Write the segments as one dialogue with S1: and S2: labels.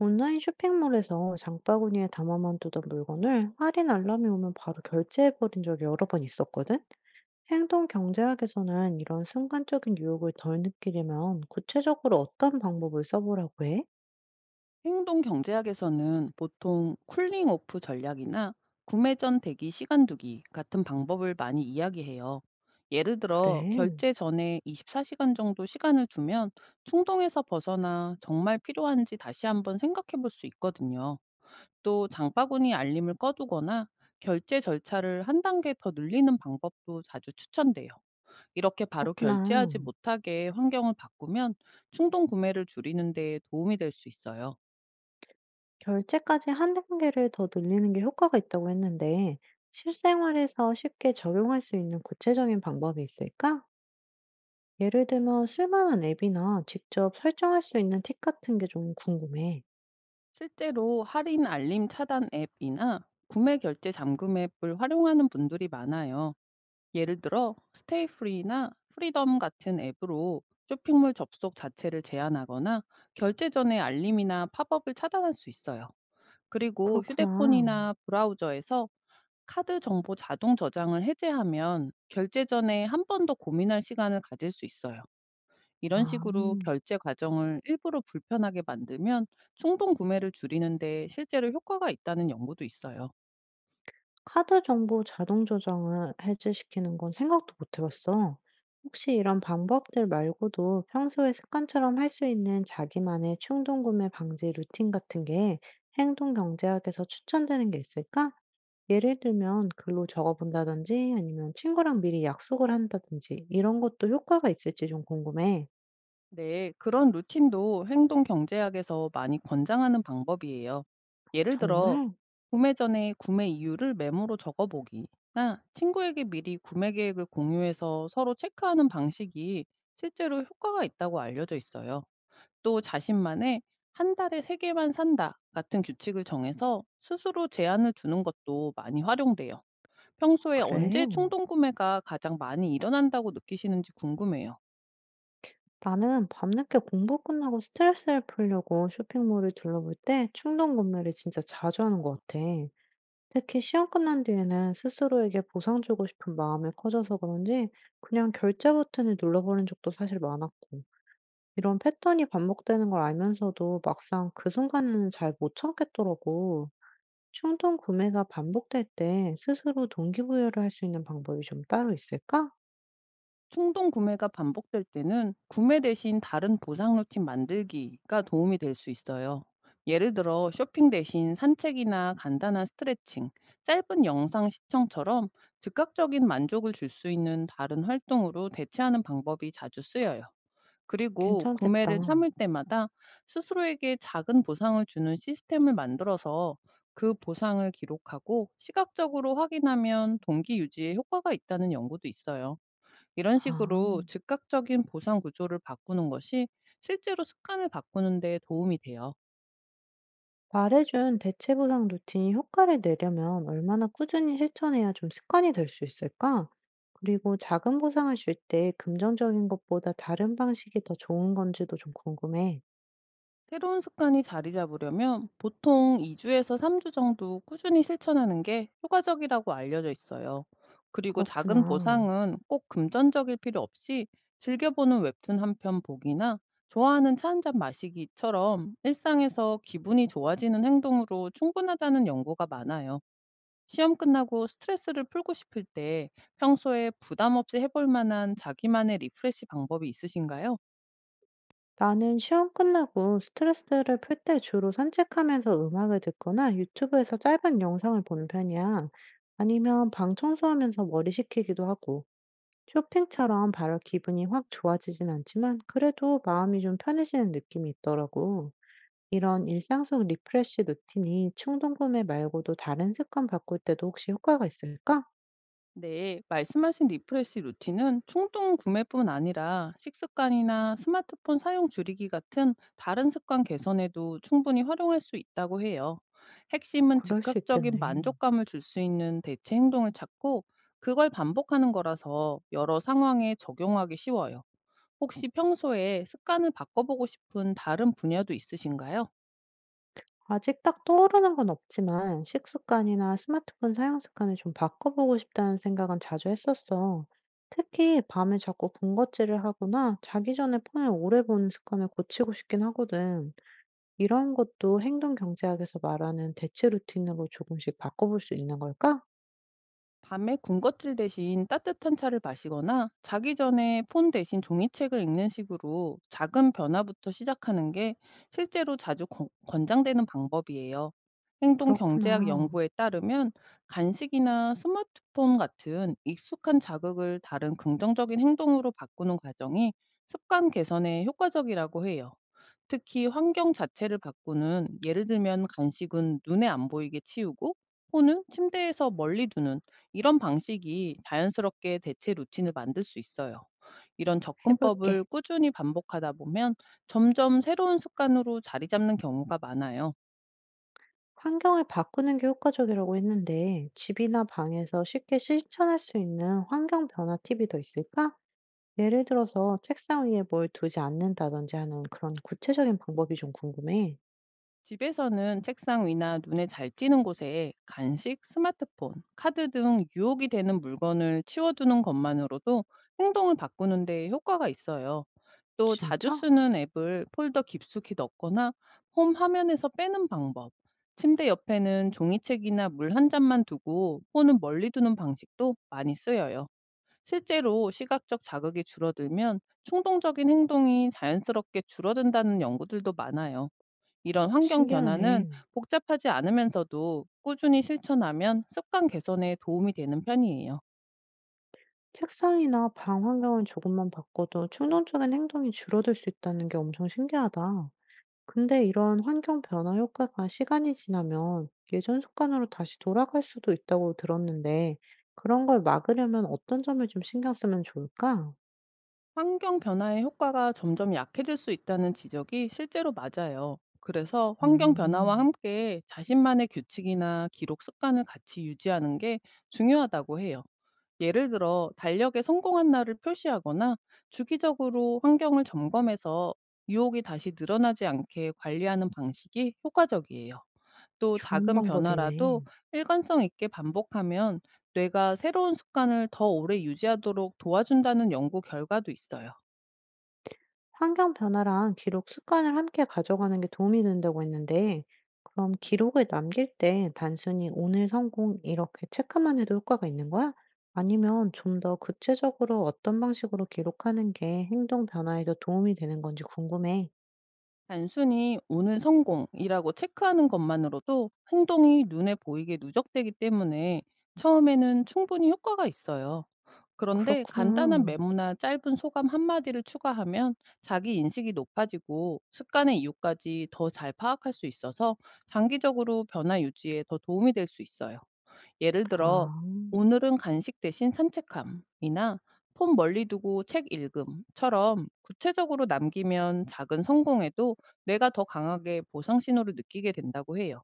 S1: 온라인 쇼핑몰에서 장바구니에 담아만 두던 물건을 할인 알람이 오면 바로 결제해버린 적이 여러 번 있었거든? 행동 경제학에서는 이런 순간적인 유혹을 덜 느끼려면 구체적으로 어떤 방법을 써보라고 해?
S2: 행동 경제학에서는 보통 쿨링 오프 전략이나 구매 전 대기 시간 두기 같은 방법을 많이 이야기해요. 예를 들어
S1: 그래,
S2: 결제 전에 24시간 정도 시간을 두면 충동에서 벗어나 정말 필요한지 다시 한번 생각해 볼 수 있거든요. 또 장바구니 알림을 꺼두거나 결제 절차를 한 단계 더 늘리는 방법도 자주 추천돼요. 이렇게 바로
S1: 그렇구나.
S2: 결제하지 못하게 환경을 바꾸면 충동 구매를 줄이는 데 도움이 될 수 있어요.
S1: 결제까지 한 단계를 더 늘리는 게 효과가 있다고 했는데, 실생활에서 쉽게 적용할 수 있는 구체적인 방법이 있을까? 예를 들면 쓸만한 앱이나 직접 설정할 수 있는 팁 같은 게 좀 궁금해.
S2: 실제로 할인 알림 차단 앱이나 구매 결제 잠금 앱을 활용하는 분들이 많아요. 예를 들어 스테이 프리나 프리덤 같은 앱으로 쇼핑몰 접속 자체를 제한하거나 결제 전에 알림이나 팝업을 차단할 수 있어요. 그리고
S1: 그렇구나.
S2: 휴대폰이나 브라우저에서 카드 정보 자동 저장을 해제하면 결제 전에 한 번 더 고민할 시간을 가질 수 있어요. 이런
S1: 아.
S2: 식으로 결제 과정을 일부러 불편하게 만들면 충동 구매를 줄이는 데 실제로 효과가 있다는 연구도 있어요.
S1: 카드 정보 자동 저장을 해제시키는 건 생각도 못해 봤어. 혹시 이런 방법들 말고도 평소에 습관처럼 할 수 있는 자기만의 충동 구매 방지 루틴 같은 게 행동 경제학에서 추천되는 게 있을까? 예를 들면 글로 적어 본다든지 아니면 친구랑 미리 약속을 한다든지 이런 것도 효과가 있을지 좀 궁금해.
S2: 네, 그런 루틴도 행동 경제학에서 많이 권장하는 방법이에요. 예를 들어,
S1: 정말?
S2: 구매 전에 구매 이유를 메모로 적어보기나 친구에게 미리 구매 계획을 공유해서 서로 체크하는 방식이 실제로 효과가 있다고 알려져 있어요. 또 자신만의 한 달에 세 개만 산다 같은 규칙을 정해서 스스로 제한을 두는 것도 많이 활용돼요. 평소에 언제
S1: 그래?
S2: 충동 구매가 가장 많이 일어난다고 느끼시는지 궁금해요.
S1: 나는 밤늦게 공부 끝나고 스트레스를 풀려고 쇼핑몰을 둘러볼 때 충동 구매를 진짜 자주 하는 것 같아. 특히 시험 끝난 뒤에는 스스로에게 보상 주고 싶은 마음이 커져서 그런지 그냥 결제 버튼을 눌러버린 적도 사실 많았고, 이런 패턴이 반복되는 걸 알면서도 막상 그 순간에는 잘 못 참겠더라고. 충동 구매가 반복될 때 스스로 동기부여를 할 수 있는 방법이 좀 따로 있을까?
S2: 충동 구매가 반복될 때는 구매 대신 다른 보상 루틴 만들기가 도움이 될 수 있어요. 예를 들어 쇼핑 대신 산책이나 간단한 스트레칭, 짧은 영상 시청처럼 즉각적인 만족을 줄 수 있는 다른 활동으로 대체하는 방법이 자주 쓰여요. 그리고
S1: 괜찮겠다.
S2: 구매를 참을 때마다 스스로에게 작은 보상을 주는 시스템을 만들어서 그 보상을 기록하고 시각적으로 확인하면 동기 유지에 효과가 있다는 연구도 있어요. 이런
S1: 아.
S2: 식으로 즉각적인 보상 구조를 바꾸는 것이 실제로 습관을 바꾸는 데 도움이 돼요.
S1: 말해준 대체 보상 루틴이 효과를 내려면 얼마나 꾸준히 실천해야 좀 습관이 될 수 있을까? 그리고 작은 보상을 줄 때 긍정적인 것보다 다른 방식이 더 좋은 건지도 좀 궁금해.
S2: 새로운 습관이 자리 잡으려면 보통 2주에서 3주 정도 꾸준히 실천하는 게 효과적이라고 알려져 있어요. 그리고 작은
S1: 그렇구나.
S2: 보상은 꼭 금전적일 필요 없이 즐겨보는 웹툰 한편 보기나 좋아하는 차 한잔 마시기처럼 일상에서 기분이 좋아지는 행동으로 충분하다는 연구가 많아요. 시험 끝나고 스트레스를 풀고 싶을 때 평소에 부담 없이 해볼 만한 자기만의 리프레시 방법이 있으신가요?
S1: 나는 시험 끝나고 스트레스를 풀 때 주로 산책하면서 음악을 듣거나 유튜브에서 짧은 영상을 보는 편이야. 아니면 방 청소하면서 머리 식히기도 하고. 쇼핑처럼 바로 기분이 확 좋아지진 않지만 그래도 마음이 좀 편해지는 느낌이 있더라고. 이런 일상 속 리프레시 루틴이 충동 구매 말고도 다른 습관 바꿀 때도 혹시 효과가 있을까?
S2: 네, 말씀하신 리프레시 루틴은 충동 구매뿐 아니라 식습관이나 스마트폰 사용 줄이기 같은 다른 습관 개선에도 충분히 활용할 수 있다고 해요. 핵심은
S1: 그럴 수
S2: 즉각적인
S1: 있겠네.
S2: 만족감을 줄 수 있는 대체 행동을 찾고 그걸 반복하는 거라서 여러 상황에 적용하기 쉬워요. 혹시 평소에 습관을 바꿔보고 싶은 다른 분야도 있으신가요?
S1: 아직 딱 떠오르는 건 없지만 식습관이나 스마트폰 사용 습관을 좀 바꿔보고 싶다는 생각은 자주 했었어. 특히 밤에 자꾸 군것질을 하거나 자기 전에 폰을 오래 보는 습관을 고치고 싶긴 하거든. 이런 것도 행동 경제학에서 말하는 대체 루틴으로 조금씩 바꿔볼 수 있는 걸까?
S2: 밤에 군것질 대신 따뜻한 차를 마시거나 자기 전에 폰 대신 종이책을 읽는 식으로 작은 변화부터 시작하는 게 실제로 자주 권장되는 방법이에요. 행동 경제학
S1: 그렇구나.
S2: 연구에 따르면 간식이나 스마트폰 같은 익숙한 자극을 다른 긍정적인 행동으로 바꾸는 과정이 습관 개선에 효과적이라고 해요. 특히 환경 자체를 바꾸는, 예를 들면 간식은 눈에 안 보이게 치우고 폰은 침대에서 멀리 두는 이런 방식이 자연스럽게 대체 루틴을 만들 수 있어요. 이런
S1: 해볼게.
S2: 접근법을 꾸준히 반복하다 보면 점점 새로운 습관으로 자리 잡는 경우가 많아요.
S1: 환경을 바꾸는 게 효과적이라고 했는데, 집이나 방에서 쉽게 실천할 수 있는 환경 변화 팁이 더 있을까? 예를 들어서 책상 위에 뭘 두지 않는다든지 하는 그런 구체적인 방법이 좀 궁금해.
S2: 집에서는 책상 위나 눈에 잘 띄는 곳에 간식, 스마트폰, 카드 등 유혹이 되는 물건을 치워두는 것만으로도 행동을 바꾸는 데 효과가 있어요. 또 자주
S1: 진짜?
S2: 쓰는 앱을 폴더 깊숙이 넣거나 홈 화면에서 빼는 방법, 침대 옆에는 종이책이나 물 한 잔만 두고 폰은 멀리 두는 방식도 많이 쓰여요. 실제로 시각적 자극이 줄어들면 충동적인 행동이 자연스럽게 줄어든다는 연구들도 많아요. 이런 환경 변화는
S1: 신기하네.
S2: 복잡하지 않으면서도 꾸준히 실천하면 습관 개선에 도움이 되는 편이에요.
S1: 책상이나 방 환경을 조금만 바꿔도 충동적인 행동이 줄어들 수 있다는 게 엄청 신기하다. 근데 이런 환경 변화 효과가 시간이 지나면 예전 습관으로 다시 돌아갈 수도 있다고 들었는데, 그런 걸 막으려면 어떤 점을 좀 신경 쓰면 좋을까?
S2: 환경 변화의 효과가 점점 약해질 수 있다는 지적이 실제로 맞아요. 그래서 환경 변화와
S1: 음,
S2: 함께 자신만의 규칙이나 기록 습관을 같이 유지하는 게 중요하다고 해요. 예를 들어 달력에 성공한 날을 표시하거나 주기적으로 환경을 점검해서 유혹이 다시 늘어나지 않게 관리하는 방식이 효과적이에요. 또
S1: 좋은
S2: 작은 변화라도
S1: 방법이네.
S2: 일관성 있게 반복하면 뇌가 새로운 습관을 더 오래 유지하도록 도와준다는 연구 결과도 있어요.
S1: 환경 변화랑 기록 습관을 함께 가져가는 게 도움이 된다고 했는데, 그럼 기록을 남길 때 단순히 오늘 성공 이렇게 체크만 해도 효과가 있는 거야? 아니면 좀 더 구체적으로 어떤 방식으로 기록하는 게 행동 변화에도 도움이 되는 건지 궁금해.
S2: 단순히 오늘 성공이라고 체크하는 것만으로도 행동이 눈에 보이게 누적되기 때문에 처음에는 충분히 효과가 있어요. 그런데 간단한
S1: 그렇구나.
S2: 메모나 짧은 소감 한마디를 추가하면 자기 인식이 높아지고 습관의 이유까지 더 잘 파악할 수 있어서 장기적으로 변화 유지에 더 도움이 될 수 있어요. 예를 들어
S1: 아.
S2: "오늘은 간식 대신 산책함"이나 "폰 멀리 두고 책 읽음"처럼 구체적으로 남기면 작은 성공에도 내가 더 강하게 보상 신호를 느끼게 된다고 해요.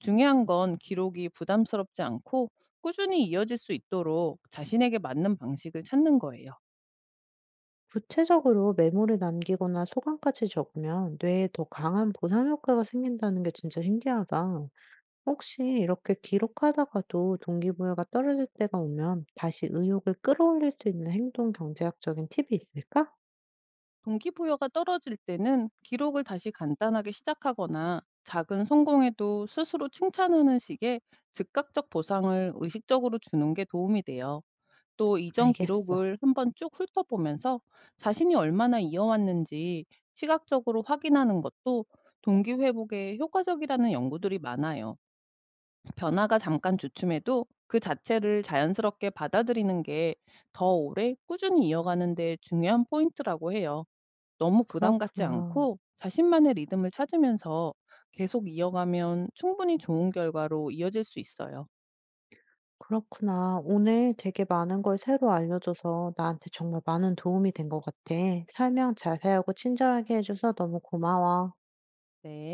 S2: 중요한 건 기록이 부담스럽지 않고 꾸준히 이어질 수 있도록 자신에게 맞는 방식을 찾는 거예요.
S1: 구체적으로 메모를 남기거나 소감까지 적으면 뇌에 더 강한 보상 효과가 생긴다는 게 진짜 신기하다. 혹시 이렇게 기록하다가도 동기부여가 떨어질 때가 오면 다시 의욕을 끌어올릴 수 있는 행동 경제학적인 팁이 있을까?
S2: 동기부여가 떨어질 때는 기록을 다시 간단하게 시작하거나 작은 성공에도 스스로 칭찬하는 식의 즉각적 보상을 의식적으로 주는 게 도움이 돼요. 또 이전
S1: 알겠어.
S2: 기록을 한번 쭉 훑어보면서 자신이 얼마나 이어왔는지 시각적으로 확인하는 것도 동기 회복에 효과적이라는 연구들이 많아요. 변화가 잠깐 주춤해도 그 자체를 자연스럽게 받아들이는 게 더 오래 꾸준히 이어가는 데 중요한 포인트라고 해요. 너무 부담 갖지
S1: 그렇구나.
S2: 않고 자신만의 리듬을 찾으면서 계속 이어가면 충분히 좋은 결과로 이어질 수 있어요.
S1: 그렇구나. 오늘 되게 많은 걸 새로 알려줘서 나한테 정말 많은 도움이 된 것 같아. 설명 자세하고 친절하게 해줘서 너무 고마워.
S2: 네.